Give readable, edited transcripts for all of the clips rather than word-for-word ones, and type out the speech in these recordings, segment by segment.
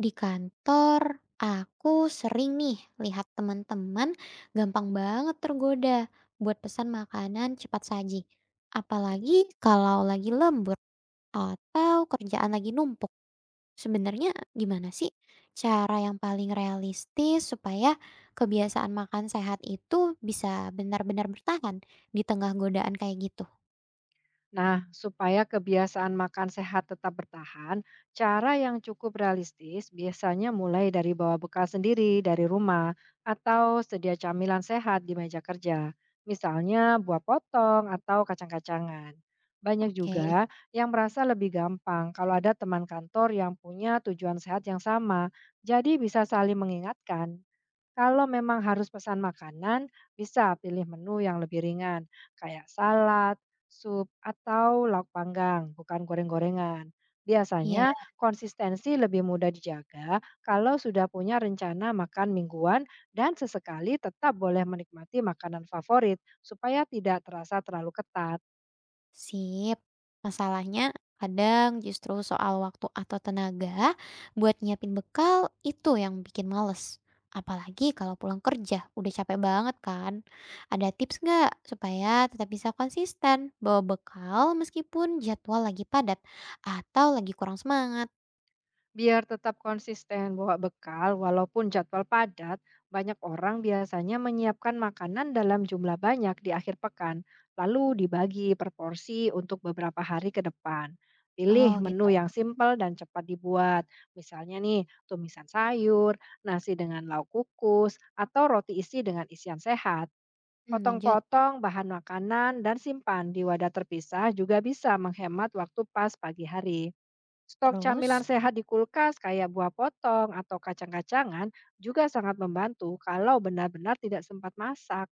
Di kantor, aku sering nih lihat teman-teman gampang banget tergoda buat pesan makanan cepat saji. Apalagi kalau lagi lembur atau kerjaan lagi numpuk. Sebenarnya gimana sih cara yang paling realistis supaya kebiasaan makan sehat itu bisa benar-benar bertahan di tengah godaan kayak gitu? Nah, supaya kebiasaan makan sehat tetap bertahan, cara yang cukup realistis biasanya mulai dari bawa bekal sendiri dari rumah atau sedia camilan sehat di meja kerja, misalnya buah potong atau kacang-kacangan. Banyak Oke, juga yang merasa lebih gampang kalau ada teman kantor yang punya tujuan sehat yang sama, jadi bisa saling mengingatkan kalau memang harus pesan makanan, bisa pilih menu yang lebih ringan, kayak salad, sup, atau lauk panggang, bukan goreng-gorengan. iya. Biasanya, konsistensi lebih mudah dijaga kalau sudah punya rencana makan mingguan dan sesekali tetap boleh menikmati makanan favorit supaya tidak terasa terlalu ketat. Sip. Masalahnya kadang justru soal waktu atau tenaga buat nyiapin bekal itu yang bikin males. Apalagi kalau pulang kerja udah capek banget kan. Ada tips nggak supaya tetap bisa konsisten bawa bekal meskipun jadwal lagi padat atau lagi kurang semangat? Biar tetap konsisten bawa bekal, walaupun jadwal padat, banyak orang biasanya menyiapkan makanan dalam jumlah banyak di akhir pekan, lalu dibagi per porsi untuk beberapa hari ke depan. Pilih Oh gitu. menu yang simpel dan cepat dibuat. Misalnya nih, tumisan sayur, nasi dengan lauk kukus, atau roti isi dengan isian sehat. Hmm, lanjut. Potong-potong bahan makanan dan simpan di wadah terpisah juga bisa menghemat waktu pas pagi hari. Stok camilan Terus? sehat di kulkas kayak buah potong atau kacang-kacangan juga sangat membantu kalau benar-benar tidak sempat masak.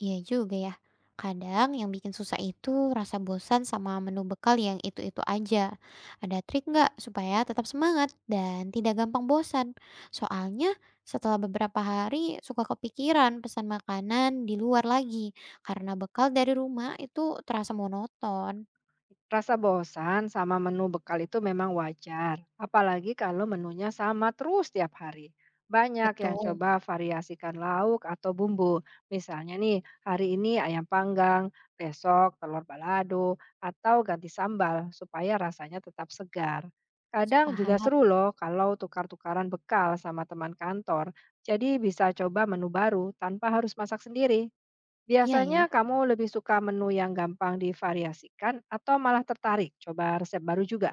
Iya juga ya. Kadang yang bikin susah itu rasa bosan sama menu bekal yang itu-itu aja. Ada trik nggak supaya tetap semangat dan tidak gampang bosan? Soalnya setelah beberapa hari suka kepikiran pesan makanan di luar lagi karena bekal dari rumah itu terasa monoton. Rasa bosan sama menu bekal itu memang wajar, apalagi kalau menunya sama terus tiap hari. Banyak yang Betul, coba variasikan lauk atau bumbu. Misalnya nih, hari ini ayam panggang, besok telur balado, atau ganti sambal supaya rasanya tetap segar. Kadang juga sepaham. seru loh kalau tukar-tukaran bekal sama teman kantor. Jadi bisa coba menu baru tanpa harus masak sendiri. Iya ya. Biasanya kamu lebih suka menu yang gampang divariasikan atau malah tertarik coba resep baru juga?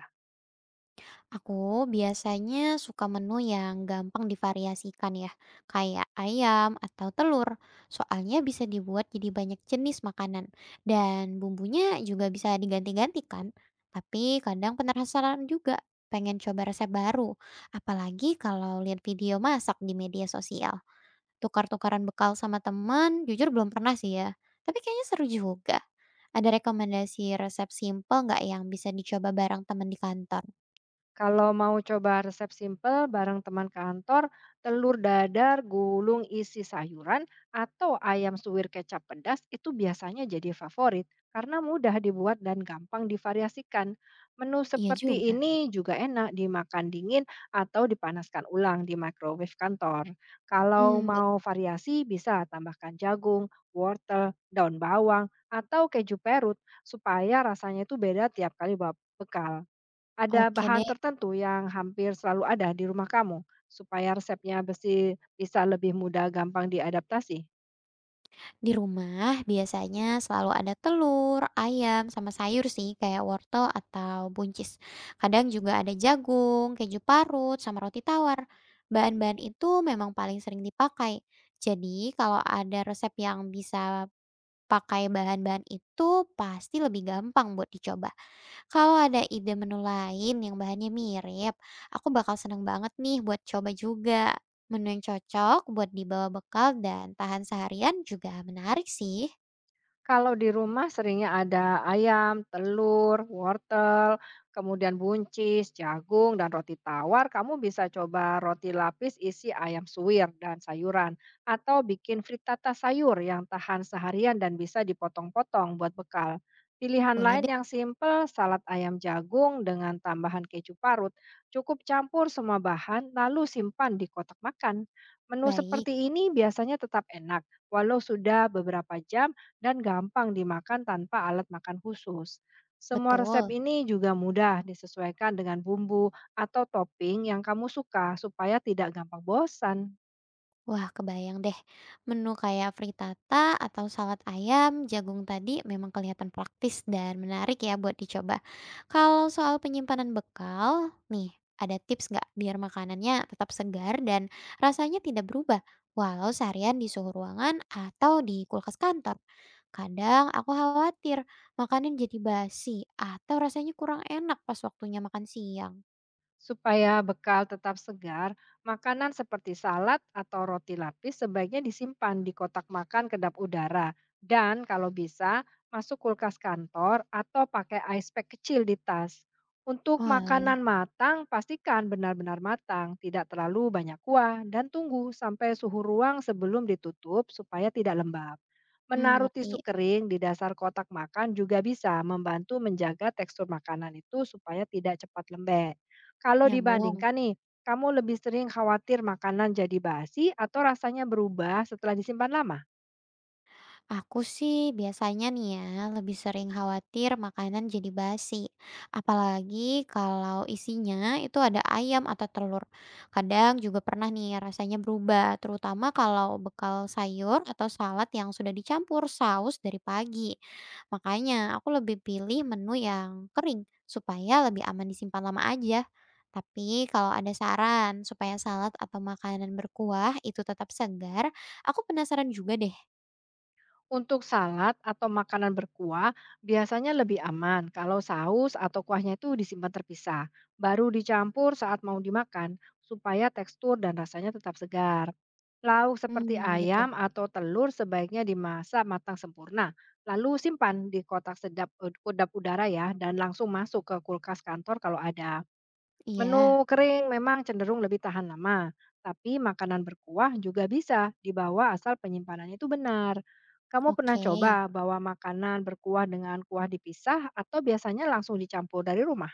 Aku biasanya suka menu yang gampang divariasikan ya, kayak ayam atau telur. Soalnya bisa dibuat jadi banyak jenis makanan dan bumbunya juga bisa diganti-ganti kan. Tapi kadang penasaran juga, pengen coba resep baru. Apalagi kalau lihat video masak di media sosial. Tukar-tukaran bekal sama teman, jujur belum pernah sih ya. Tapi kayaknya seru juga. Ada rekomendasi resep simple nggak yang bisa dicoba bareng teman di kantor? Kalau mau coba resep simpel bareng teman kantor, telur dadar gulung isi sayuran atau ayam suwir kecap pedas itu biasanya jadi favorit karena mudah dibuat dan gampang divariasikan. Menu Iya seperti juga. ini juga enak dimakan dingin atau dipanaskan ulang di microwave kantor. Kalau Hmm, baik, mau variasi bisa tambahkan jagung, wortel, daun bawang, atau keju perut supaya rasanya itu beda tiap kali bawa bekal. Ada oke bahan deh. tertentu yang hampir selalu ada di rumah kamu supaya resepnya besi bisa lebih mudah diadaptasi? Di rumah biasanya selalu ada telur, ayam, sama sayur sih kayak wortel atau buncis. Kadang juga ada jagung, keju parut, sama roti tawar. Bahan-bahan itu memang paling sering dipakai. Jadi kalau ada resep yang bisa pakai bahan-bahan itu pasti lebih gampang buat dicoba. Kalau ada ide menu lain yang bahannya mirip, aku bakal seneng banget nih buat coba juga. Menu yang cocok buat dibawa bekal dan tahan seharian juga menarik sih. Kalau di rumah seringnya ada ayam, telur, wortel, kemudian buncis, jagung, dan roti tawar. Kamu bisa coba roti lapis isi ayam suwir dan sayuran. Atau bikin frittata sayur yang tahan seharian dan bisa dipotong-potong buat bekal. Pilihan Boleh lain deh, yang simple, salad ayam jagung dengan tambahan keju parut. Cukup campur semua bahan, lalu simpan di kotak makan. Menu baik, seperti ini biasanya tetap enak, walau sudah beberapa jam dan gampang dimakan tanpa alat makan khusus. Semua resep betul. ini juga mudah disesuaikan dengan bumbu atau topping yang kamu suka supaya tidak gampang bosan. Wah, kebayang deh. Menu kayak frittata atau salad ayam jagung tadi memang kelihatan praktis dan menarik ya buat dicoba. Kalau soal penyimpanan bekal, nih ada tips nggak biar makanannya tetap segar dan rasanya tidak berubah walau seharian di suhu ruangan atau di kulkas kantor? Kadang aku khawatir makanan jadi basi atau rasanya kurang enak pas waktunya makan siang. Supaya bekal tetap segar, makanan seperti salad atau roti lapis sebaiknya disimpan di kotak makan kedap udara. Dan kalau bisa, masuk kulkas kantor atau pakai ice pack kecil di tas. Untuk Walah, makanan matang, pastikan benar-benar matang, tidak terlalu banyak kuah, dan tunggu sampai suhu ruang sebelum ditutup supaya tidak lembab. hmm, Menaruh tisu ngerti. kering di dasar kotak makan juga bisa membantu menjaga tekstur makanan itu supaya tidak cepat lembek. Kalau Nyambung. dibandingkan nih, kamu lebih sering khawatir makanan jadi basi atau rasanya berubah setelah disimpan lama? Aku sih biasanya nih ya, lebih sering khawatir makanan jadi basi. Apalagi kalau isinya itu ada ayam atau telur. Kadang juga pernah nih rasanya berubah, terutama kalau bekal sayur atau salad yang sudah dicampur saus dari pagi. Makanya aku lebih pilih menu yang kering supaya lebih aman disimpan lama aja. Tapi kalau ada saran supaya salad atau makanan berkuah itu tetap segar, aku penasaran juga deh. Untuk salad atau makanan berkuah, biasanya lebih aman kalau saus atau kuahnya itu disimpan terpisah, baru dicampur saat mau dimakan, supaya tekstur dan rasanya tetap segar. Lauk seperti Hmm, gitu. ayam atau telur sebaiknya dimasak matang sempurna, lalu simpan di kotak kedap udara ya, dan langsung masuk ke kulkas kantor kalau ada. Menu Iya, kering memang cenderung lebih tahan lama, tapi makanan berkuah juga bisa dibawa asal penyimpanannya itu benar. Kamu pernah oke. coba bawa makanan berkuah dengan kuah dipisah atau biasanya langsung dicampur dari rumah?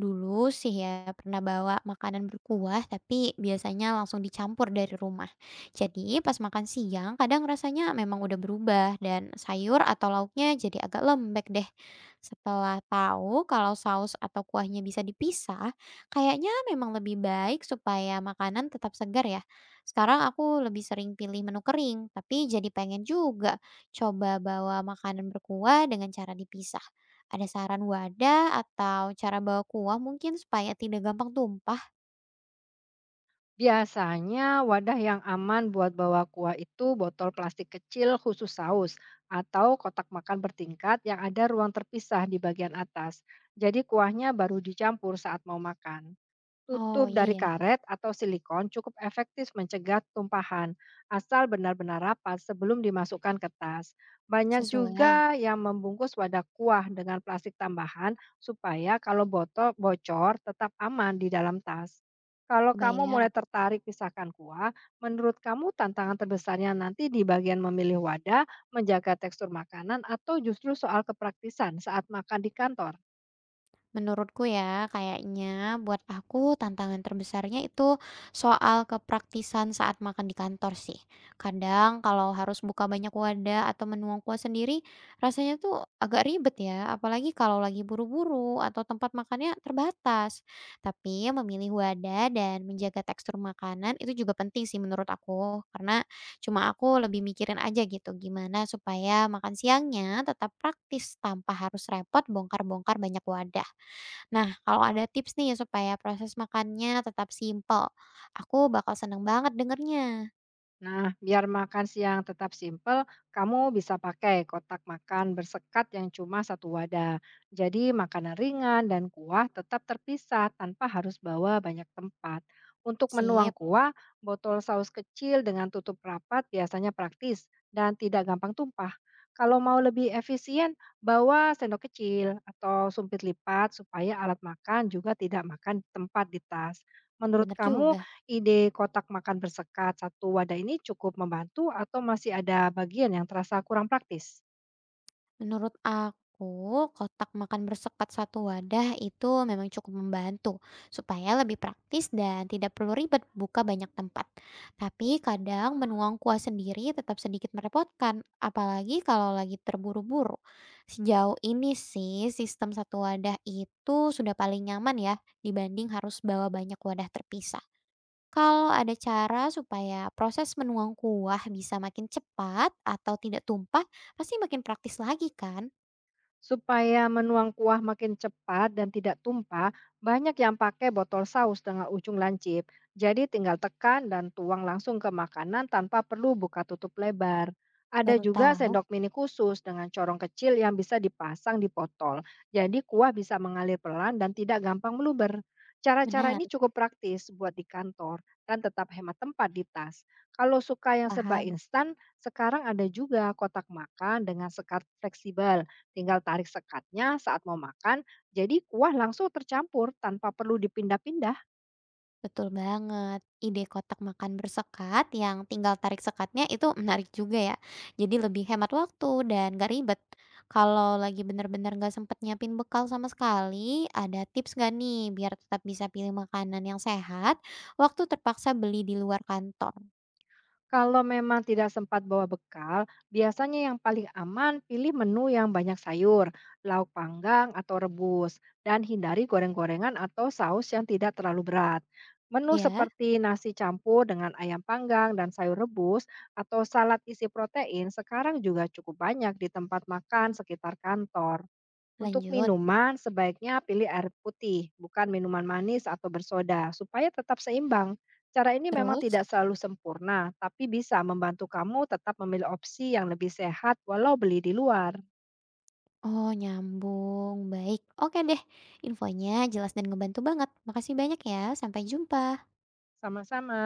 Dulu sih ya pernah bawa makanan berkuah, tapi biasanya langsung dicampur dari rumah. Jadi pas makan siang kadang rasanya memang udah berubah dan sayur atau lauknya jadi agak lembek deh. Setelah tahu kalau saus atau kuahnya bisa dipisah, kayaknya memang lebih baik supaya makanan tetap segar ya. Sekarang aku lebih sering pilih menu kering, tapi jadi pengen juga coba bawa makanan berkuah dengan cara dipisah. Ada saran wadah atau cara bawa kuah mungkin supaya tidak gampang tumpah? Biasanya wadah yang aman buat bawa kuah itu botol plastik kecil khusus saus atau kotak makan bertingkat yang ada ruang terpisah di bagian atas. Jadi kuahnya baru dicampur saat mau makan. Oh, Tutup iya dari ya, karet atau silikon cukup efektif mencegah tumpahan, asal benar-benar rapat sebelum dimasukkan ke tas. Banyak sesuai, juga yang membungkus wadah kuah dengan plastik tambahan supaya kalau botol bocor tetap aman di dalam tas. Kalau kamu kebayang. mulai tertarik pisahkan kuah, menurut kamu tantangan terbesarnya nanti di bagian memilih wadah, menjaga tekstur makanan, atau justru soal kepraktisan saat makan di kantor? Menurutku ya, kayaknya buat aku tantangan terbesarnya itu soal kepraktisan saat makan di kantor sih. Kadang kalau harus buka banyak wadah atau menuang kuah sendiri, rasanya tuh agak ribet ya, apalagi kalau lagi buru-buru atau tempat makannya terbatas. Tapi memilih wadah dan menjaga tekstur makanan itu juga penting sih menurut aku, karena cuma aku lebih mikirin aja gitu gimana supaya makan siangnya tetap praktis tanpa harus repot bongkar-bongkar banyak wadah. Nah, kalau ada tips nih supaya proses makannya tetap simpel, aku bakal seneng banget dengernya. Nah, biar makan siang tetap simpel, kamu bisa pakai kotak makan bersekat yang cuma satu wadah. Jadi, makanan ringan dan kuah tetap terpisah tanpa harus bawa banyak tempat. Untuk menuang Sip, kuah, botol saus kecil dengan tutup rapat biasanya praktis dan tidak gampang tumpah. Kalau mau lebih efisien, bawa sendok kecil atau sumpit lipat supaya alat makan juga tidak makan tempat di tas. Menurut bener kamu, juga. ide kotak makan bersekat satu wadah ini cukup membantu atau masih ada bagian yang terasa kurang praktis? Menurut aku, kotak makan bersekat satu wadah itu memang cukup membantu supaya lebih praktis dan tidak perlu ribet buka banyak tempat. Tapi kadang menuang kuah sendiri tetap sedikit merepotkan, apalagi kalau lagi terburu-buru. Sejauh ini sih sistem satu wadah itu sudah paling nyaman ya dibanding harus bawa banyak wadah terpisah. Kalau ada cara supaya proses menuang kuah bisa makin cepat atau tidak tumpah, pasti makin praktis lagi kan? Supaya menuang kuah makin cepat dan tidak tumpah, banyak yang pakai botol saus dengan ujung lancip. Jadi tinggal tekan dan tuang langsung ke makanan tanpa perlu buka tutup lebar. Ada Baru juga tahu, sendok mini khusus dengan corong kecil yang bisa dipasang di botol. Jadi kuah bisa mengalir pelan dan tidak gampang meluber. Cara-cara ini menarik, cukup praktis buat di kantor dan tetap hemat tempat di tas. Kalau suka yang serba paham. instan, sekarang ada juga kotak makan dengan sekat fleksibel. Tinggal tarik sekatnya saat mau makan, jadi kuah langsung tercampur tanpa perlu dipindah-pindah. Betul banget. Ide kotak makan bersekat yang tinggal tarik sekatnya itu menarik juga ya. Jadi lebih hemat waktu dan gak ribet. Kalau lagi bener-bener gak sempet nyiapin bekal sama sekali, ada tips gak nih biar tetap bisa pilih makanan yang sehat waktu terpaksa beli di luar kantor? Kalau memang tidak sempat bawa bekal, biasanya yang paling aman pilih menu yang banyak sayur, lauk panggang atau rebus, dan hindari goreng-gorengan atau saus yang tidak terlalu berat. Menu Ya, seperti nasi campur dengan ayam panggang dan sayur rebus atau salad isi protein sekarang juga cukup banyak di tempat makan sekitar kantor. Untuk lanjut. minuman, sebaiknya pilih air putih, bukan minuman manis atau bersoda, supaya tetap seimbang. Cara ini memang Terus? tidak selalu sempurna, tapi bisa membantu kamu tetap memilih opsi yang lebih sehat walau beli di luar. Oh, nyambung. Baik. Oke deh. Infonya jelas dan ngebantu banget. Makasih banyak ya. Sampai jumpa. Sama-sama.